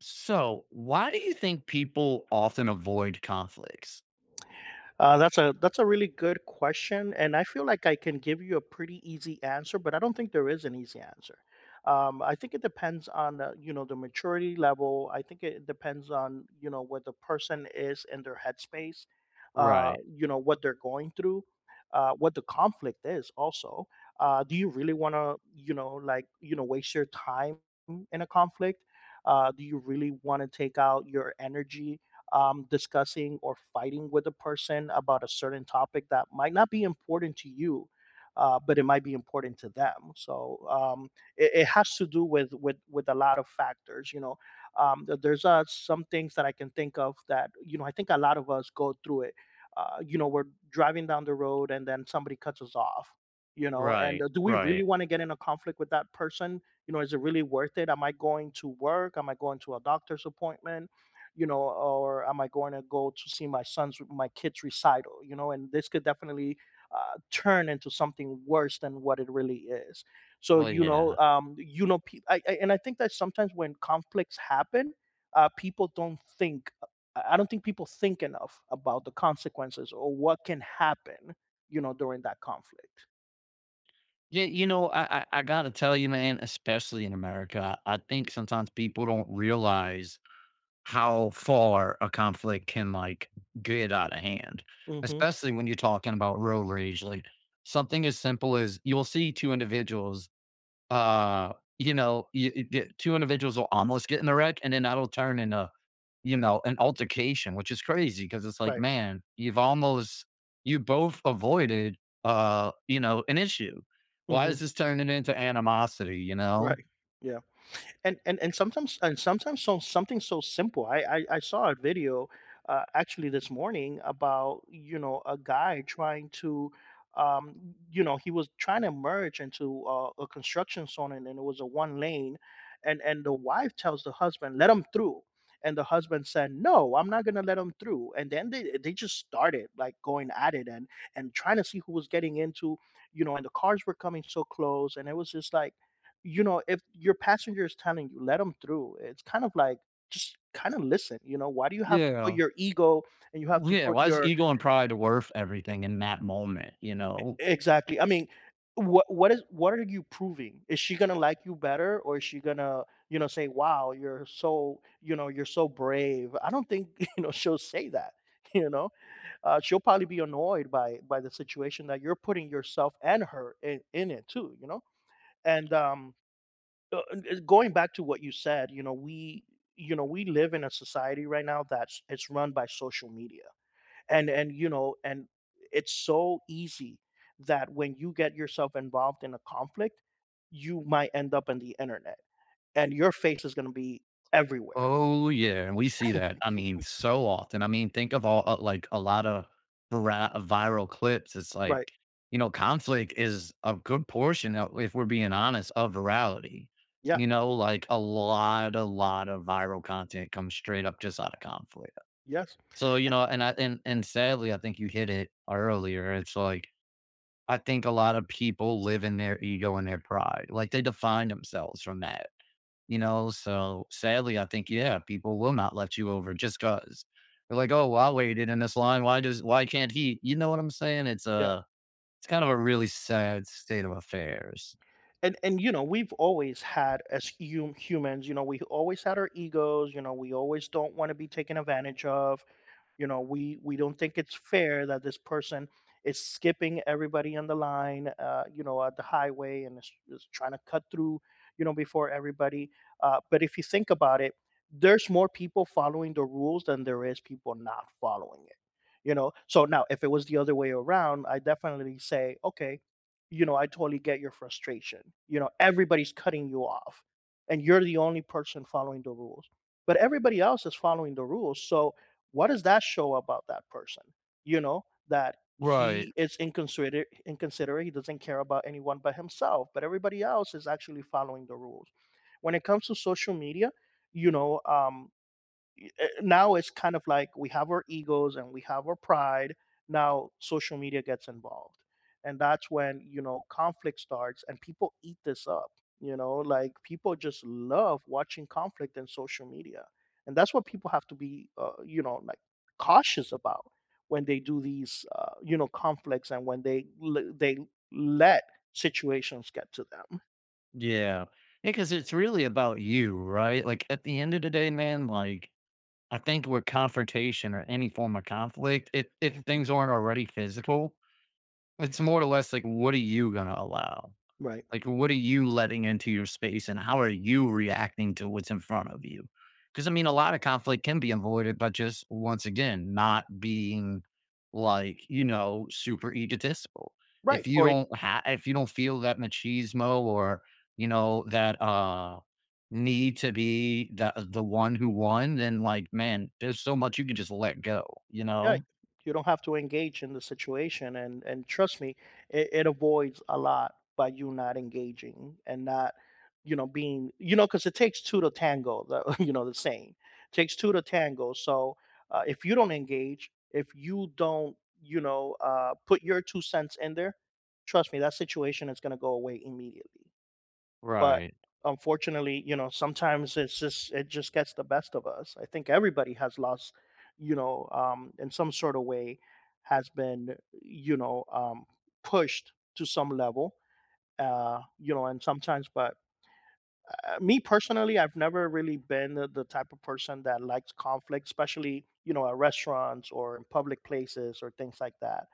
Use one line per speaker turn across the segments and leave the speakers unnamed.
So, why do you think people often avoid conflicts?
That's a that's a really good question, and I feel like I can give you a pretty easy answer, but I don't think there is an easy answer. I think it depends on you know the maturity level. I think it depends on you know where the person is in their headspace,
Right,
you know what they're going through, what the conflict is. Also, do you really want to you know like you know waste your time in a conflict? Do you really want to take out your energy, discussing or fighting with a person about a certain topic that might not be important to you, but it might be important to them? So, it has to do with a lot of factors. You know, there's some things that I can think of that you know I think a lot of us go through it. You know, we're driving down the road and then somebody cuts us off. You know, and
right,
do we really
right.
want to get in a conflict with that person? You know, is it really worth it? Am I going to work? Am I going to a doctor's appointment? You know, or am I going to go to see my son's, my kid's recital, you know, and this could definitely turn into something worse than what it really is. So,
Oh
you know,
yeah.
and I think that sometimes when conflicts happen, people don't think. I don't think people think enough about the consequences or what can happen, you know, during that conflict.
Yeah, you know, I gotta tell you, man, especially in America, I think sometimes people don't realize how far a conflict can like get out of hand.
Hmm.
Especially when you're talking about road rage. Like something as simple as you'll see two individuals, uh, you know, two individuals will almost get in the wreck and then that'll turn into you know, an altercation, which is crazy, because it's like,
Right.
man, you've almost you both avoided, you know, an issue. Why is
Hmm.
this turning into animosity, you know?
Right. Yeah. And sometimes, so, something so simple. I saw a video actually this morning about you know a guy trying to. You know, he was trying to merge into a construction zone, and it was a one lane, and the wife tells the husband, "Let him through," and the husband said, "No, I'm not gonna let him through." And then they just started like going at it and trying to see who was getting into, you know, and the cars were coming so close, and it was just like, you know, if your passenger is telling you, let them through. It's kind of like just kind of listen. You know, why do you have to put
Yeah.
your ego and you have to
Yeah,
put
why is
your,
ego and pride worth everything in that moment, you know?
exactly? I mean, what are you proving? Is she gonna like you better, or is she gonna you know say, wow, you're so you know you're so brave? I don't think you know she'll say that. You know, she'll probably be annoyed by the situation that you're putting yourself and her in, it too. You know, and and going back to what you said, you know, we live in a society right now that's it's run by social media. And you know, and it's so easy that when you get yourself involved in a conflict, you might end up on the internet and your face is going to be everywhere.
Oh, yeah, and we see that, I mean, so often, I mean, think of all, like, a lot of viral clips, it's
Right.
like, you know, conflict is a good portion of, if we're being honest, of virality,
Yeah.
you know, like, a lot of viral content comes straight up just out of conflict.
Yes.
So, you know, and sadly, I think you hit it earlier, it's like, I think a lot of people live in their ego and their pride, like, they define themselves from that. You know, so sadly, I think, yeah, people will not let you over just because 'cause. They're like, "Oh, well, I waited in this line. Why can't he?" You know what I'm saying? It's
Yeah.
a it's kind of a really sad state of affairs.
And you know, we've always had, as humans, you know, we always had our egos, you know, we always don't want to be taken advantage of. You know, we don't think it's fair that this person is skipping everybody on the line, you know, at the highway and is trying to cut through, you know, before everybody. But if you think about it, there's more people following the rules than there is people not following it. You know, so now if it was the other way around, I definitely say, okay, you know, I totally get your frustration. You know, everybody's cutting you off and you're the only person following the rules, but everybody else is following the rules. So what does that show about that person? You know, that
Right.
he is inconsiderate. He doesn't care about anyone but himself, but everybody else is actually following the rules. When it comes to social media, you know, now it's kind of like we have our egos and we have our pride. Now social media gets involved, and that's when you know conflict starts and people eat this up, you know, like people just love watching conflict in social media, and that's what people have to be you know like cautious about when they do these you know conflicts, and when they let situations get to them.
Yeah. Because it's really about you, right? Like at the end of the day, man, like I think with confrontation or any form of conflict, if
Mhm.
things aren't already physical, it's more or less like, what are you gonna allow?
right
Like, what are you letting into your space and how are you reacting to what's in front of you? Because I mean, a lot of conflict can be avoided by just once again, not being like, you know, super egotistical.
right, or...
If you don't feel that machismo or, you know, that, need to be the one who won, then like, man, there's so much you can just let go, you
Yeah,
know.
you don't have to engage in the situation, and trust me, it avoids a lot by you not engaging and not, you know, being, you know, because it takes two to tango. The, you know, the saying, takes two to tango. So, if you don't engage, if you don't, you know, put your two cents in there, trust me, that situation is going to go away immediately. But
Right.
unfortunately, you know, sometimes it just gets the best of us. I think everybody has lost, you know, in some sort of way, has been, you know, pushed to some level, you know, and sometimes. But me personally, I've never really been the type of person that likes conflict, especially you know at restaurants or in public places or things like that.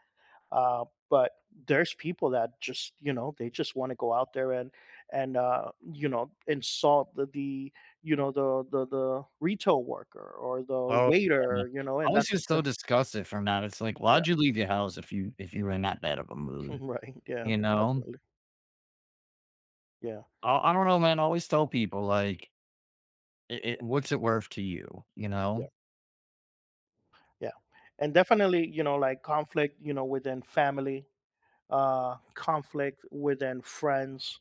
uh, but there's people that just you know they just want to go out there and you know insult the you know the retail worker or the
Oh, yeah, man.
waiter, you know,
I
and
was
that's
just so
the...
disgusted from that. It's like,
Yeah.
why'd you leave your house if you were in that bad of a mood?
Right. Yeah.
You know?
Definitely. Yeah,
I don't know, man. I always tell people, like, what's it worth to you? You
yeah,
know?
yeah. And definitely you know like conflict, you know, within family, conflict within friends,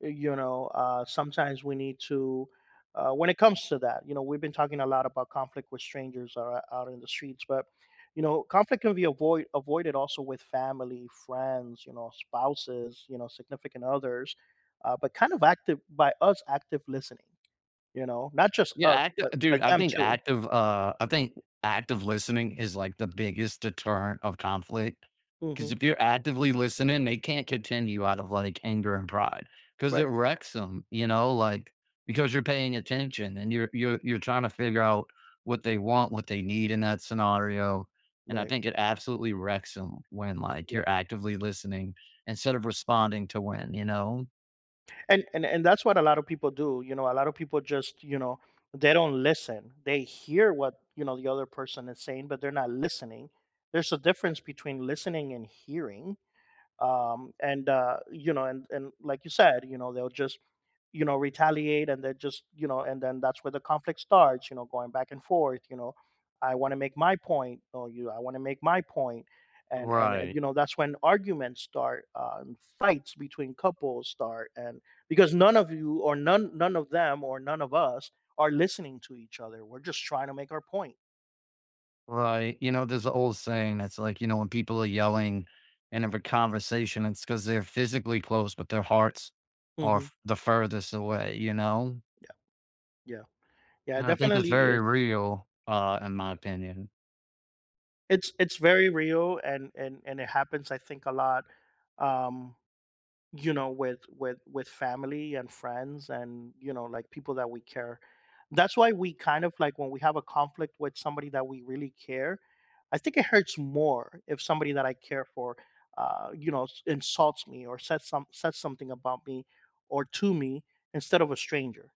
you know, sometimes we need to, when it comes to that, you know we've been talking a lot about conflict with strangers or out in the streets. But you know conflict can be avoided also with family, friends, you know, spouses, you know, significant others, but kind of active, by us active listening, you know, not just
Yeah,
us
active
but
dude,
them too.
I think active listening is like the biggest deterrent of conflict.
Hmm.
Because if you're actively listening, they can't contend you out of like anger and pride because it
Right.
wrecks them, you know, like because you're paying attention and you're trying to figure out what they want, what they need in that scenario. And I
Right.
think it absolutely wrecks them when like you're actively listening instead of responding to when, you know?
And that's what a lot of people do, you know, a lot of people just, you know, they don't listen, they hear what, you know, the other person is saying, but they're not listening. There's a difference between listening and hearing. And You know, and like you said, you know, they'll just, you know, retaliate, and they just, you know, and then that's where the conflict starts, you know, going back and forth, you know, I want to make my point, or you, I want to make my point. And you
Right.
know that's when arguments start, and fights between couples start, and because none of you, or none of them, or none of us, are listening to each other. We're just trying to make our point.
Right. You know, there's an old saying that's like, you know, when people are yelling and have a conversation, it's because they're physically close, but their hearts are
Hmm.
the furthest away, you know?
Yeah, yeah,
And
it
I think it's
definitely.
very real, in my opinion.
It's very real, and it happens I think a lot. um you know, with family and friends, and you know like people that we care. That's why we kind of like when we have a conflict with somebody that we really care, I think it hurts more if somebody that I care for, you know, insults me or says something about me or to me, instead of a stranger.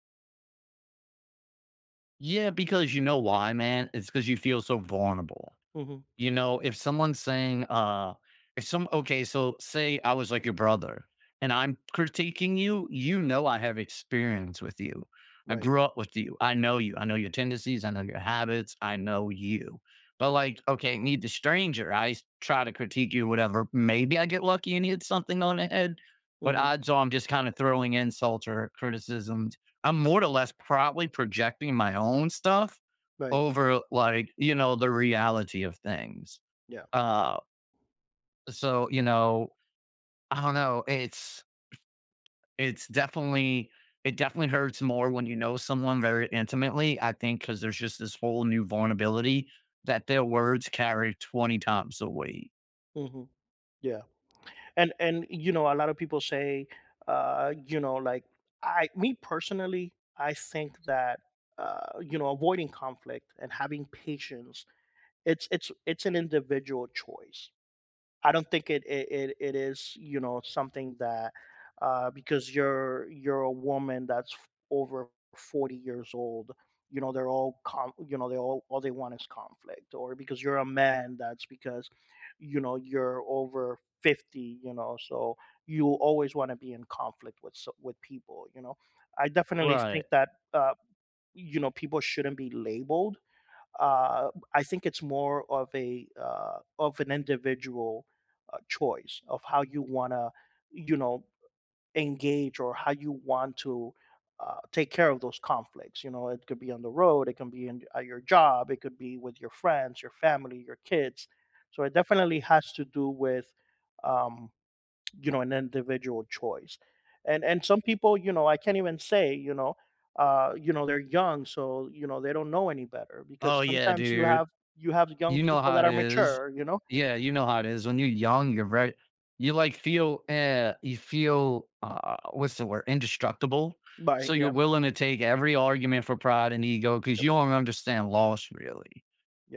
Yeah, because you know why, man? It's because you feel so vulnerable.
Mhm.
You know, if someone's saying, if some okay, so say I was like your brother and I'm critiquing you, you know I have experience with you. I
Right.
grew up with you. I know you. I know your tendencies. I know your habits. I know you. But like, okay, need the stranger. Try to critique you, whatever. Maybe I get lucky and hit something on the head. But
Mhm.
odds are I'm just kind of throwing insults or criticisms. I'm more or less probably projecting my own stuff
Right.
over like, you know, the reality of things.
Yeah.
Uh, so, you know, I don't know. It's definitely, it definitely hurts more when you know someone very intimately. I think because there's just this whole new vulnerability that their words carry 20 times a week.
Hmm. Yeah, and you know, a lot of people say, you know, like, me personally, I think that, you know, avoiding conflict and having patience, it's an individual choice. I don't think it is, you know, something that, because you're a woman that's over 40 years old. You know they're all you know they all they want is conflict, or because you're a man, that's because you know you're over 50. You know, so you always want to be in conflict with with people. You know, I definitely
Right.
think that, you know, people shouldn't be labeled. I think it's more of a, of an individual, choice of how you want to, you know, engage, or how you want to, take care of those conflicts. You know, it could be on the road, it can be in, at your job, it could be with your friends, your family, your kids. So it definitely has to do with, um, you know, an individual choice. And some people, you know, I can't even say, you know, you know they're young so, you know, they don't know any better, because
Oh, yeah,
sometimes
dude.
you have young
You know
people
how
that
it
are
is.
mature, you know.
Yeah, you know how it is. When you're young, you're very you, like, feel, you feel, what's the word? Indestructible. So
Right,
you're
yeah.
willing to take every argument for pride and ego because
Yep,
you don't understand loss, really.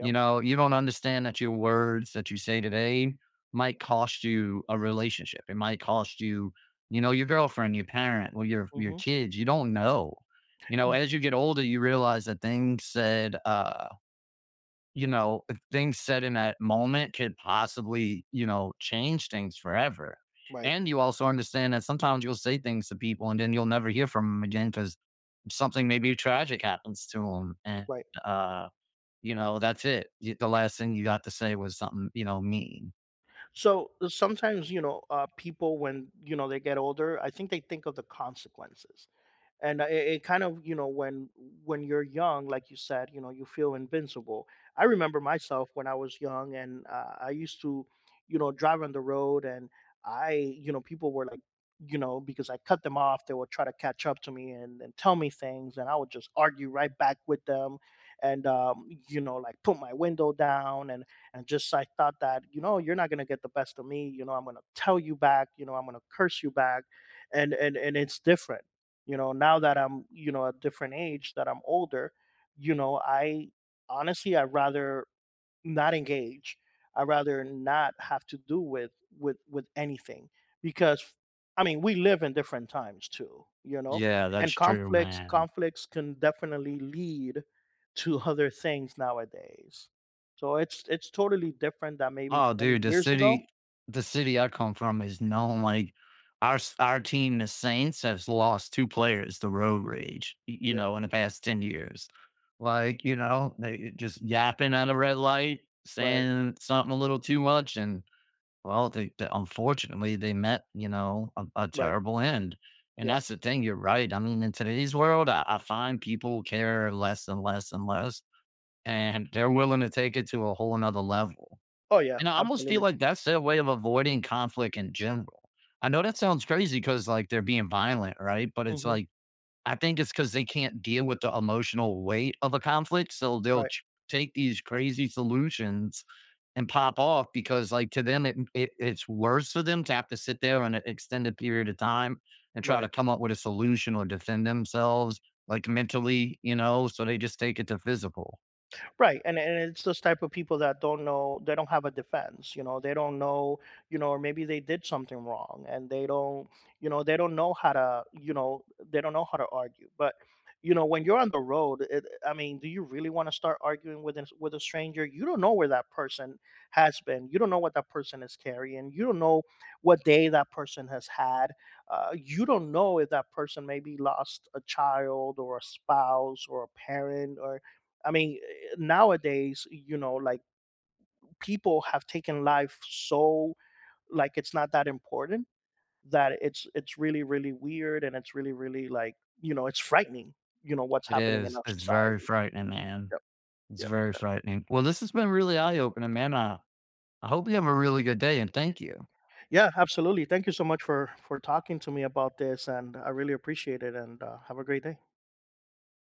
You know, you don't understand that your words that you say today might cost you a relationship. It might cost you, you know, your girlfriend, your parent, or your
Hmm.
kids. You don't know. You know, as you get older, you realize that things said, you know, things said in that moment could possibly, you know, change things forever.
Right.
And you also understand that sometimes you'll say things to people and then you'll never hear from them again because something maybe tragic happens to them. And,
Right.
uh, you know, that's it. The last thing you got to say was something, you know, mean.
So, sometimes, you know, people, when, you know, they get older, I think they think of the consequences, and, it kind of, you know, when you're young, like you said, you know, you feel invincible. I remember myself when I was young, and, I used to, you know, drive on the road, and I, you know, people were like, you know, because I cut them off, they would try to catch up to me, and tell me things, and I would just argue right back with them. And you know, like, put my window down, and just I thought that, you know, you're not going to get the best of me, you know, I'm going to tell you back, you know, I'm going to curse you back. And it's different, you know, now that I'm, you know, a different age, that I'm older, you know, I honestly I'd rather not engage. I'd rather not have to do with anything because, I mean, we live in different times too, you know.
Yeah, that's
And
true, man.
conflicts can definitely lead to other things nowadays. So it's totally different than maybe
Oh,
20
dude, the
years ago.
city the city I come from is known like our team, the Saints, has lost two players to road
Mhm.
rage, you
Yeah.
know, in the past 10 years. Like, you know, they just yapping at a red light,
Right.
saying something a little too much. And well, unfortunately, they met, you know, a
Right.
terrible end. And
Yeah.
that's the thing. You're right. I mean, in today's world, I find people care less and less and less, and they're willing to take it to a whole another level
Oh yeah.
and I almost feel
Absolutely.
like that's their way of avoiding conflict in general. I know that sounds crazy because like they're being violent, right? But it's
Hmm.
like I think it's because they can't deal with the emotional weight of a conflict, so they'll
Right.
take these crazy solutions and pop off, because like to them it it's worse for them to have to sit there on an extended period of time and try to
Right.
come up with a solution or defend themselves like mentally, you know. So they just take it to physical.
Right, and it's those type of people that don't know, they don't have a defense, you know, they don't know, you know, or maybe they did something wrong and they don't, you know, they don't know how to, you know, they don't know how to argue. But you know, when you're on the road, it, I mean, do you really want to start arguing with a stranger? You don't know where that person has been. You don't know what that person is carrying. You don't know what day that person has had. You don't know if that person maybe lost a child or a spouse or a parent, or I mean, nowadays, you know, like, people have taken life so, like, it's not that important, that it's really really weird, and it's really really like, you know, it's frightening, you know what's
It
happening in
is.
our
It's very
society.
frightening, man.
Yep.
It's
Yep,
very
yep.
frightening. Well, this has been really eye opening, man. I hope you have a really good day and thank you.
Yeah, absolutely, thank you so much for talking to me about this, and I really appreciate it, and have a great day.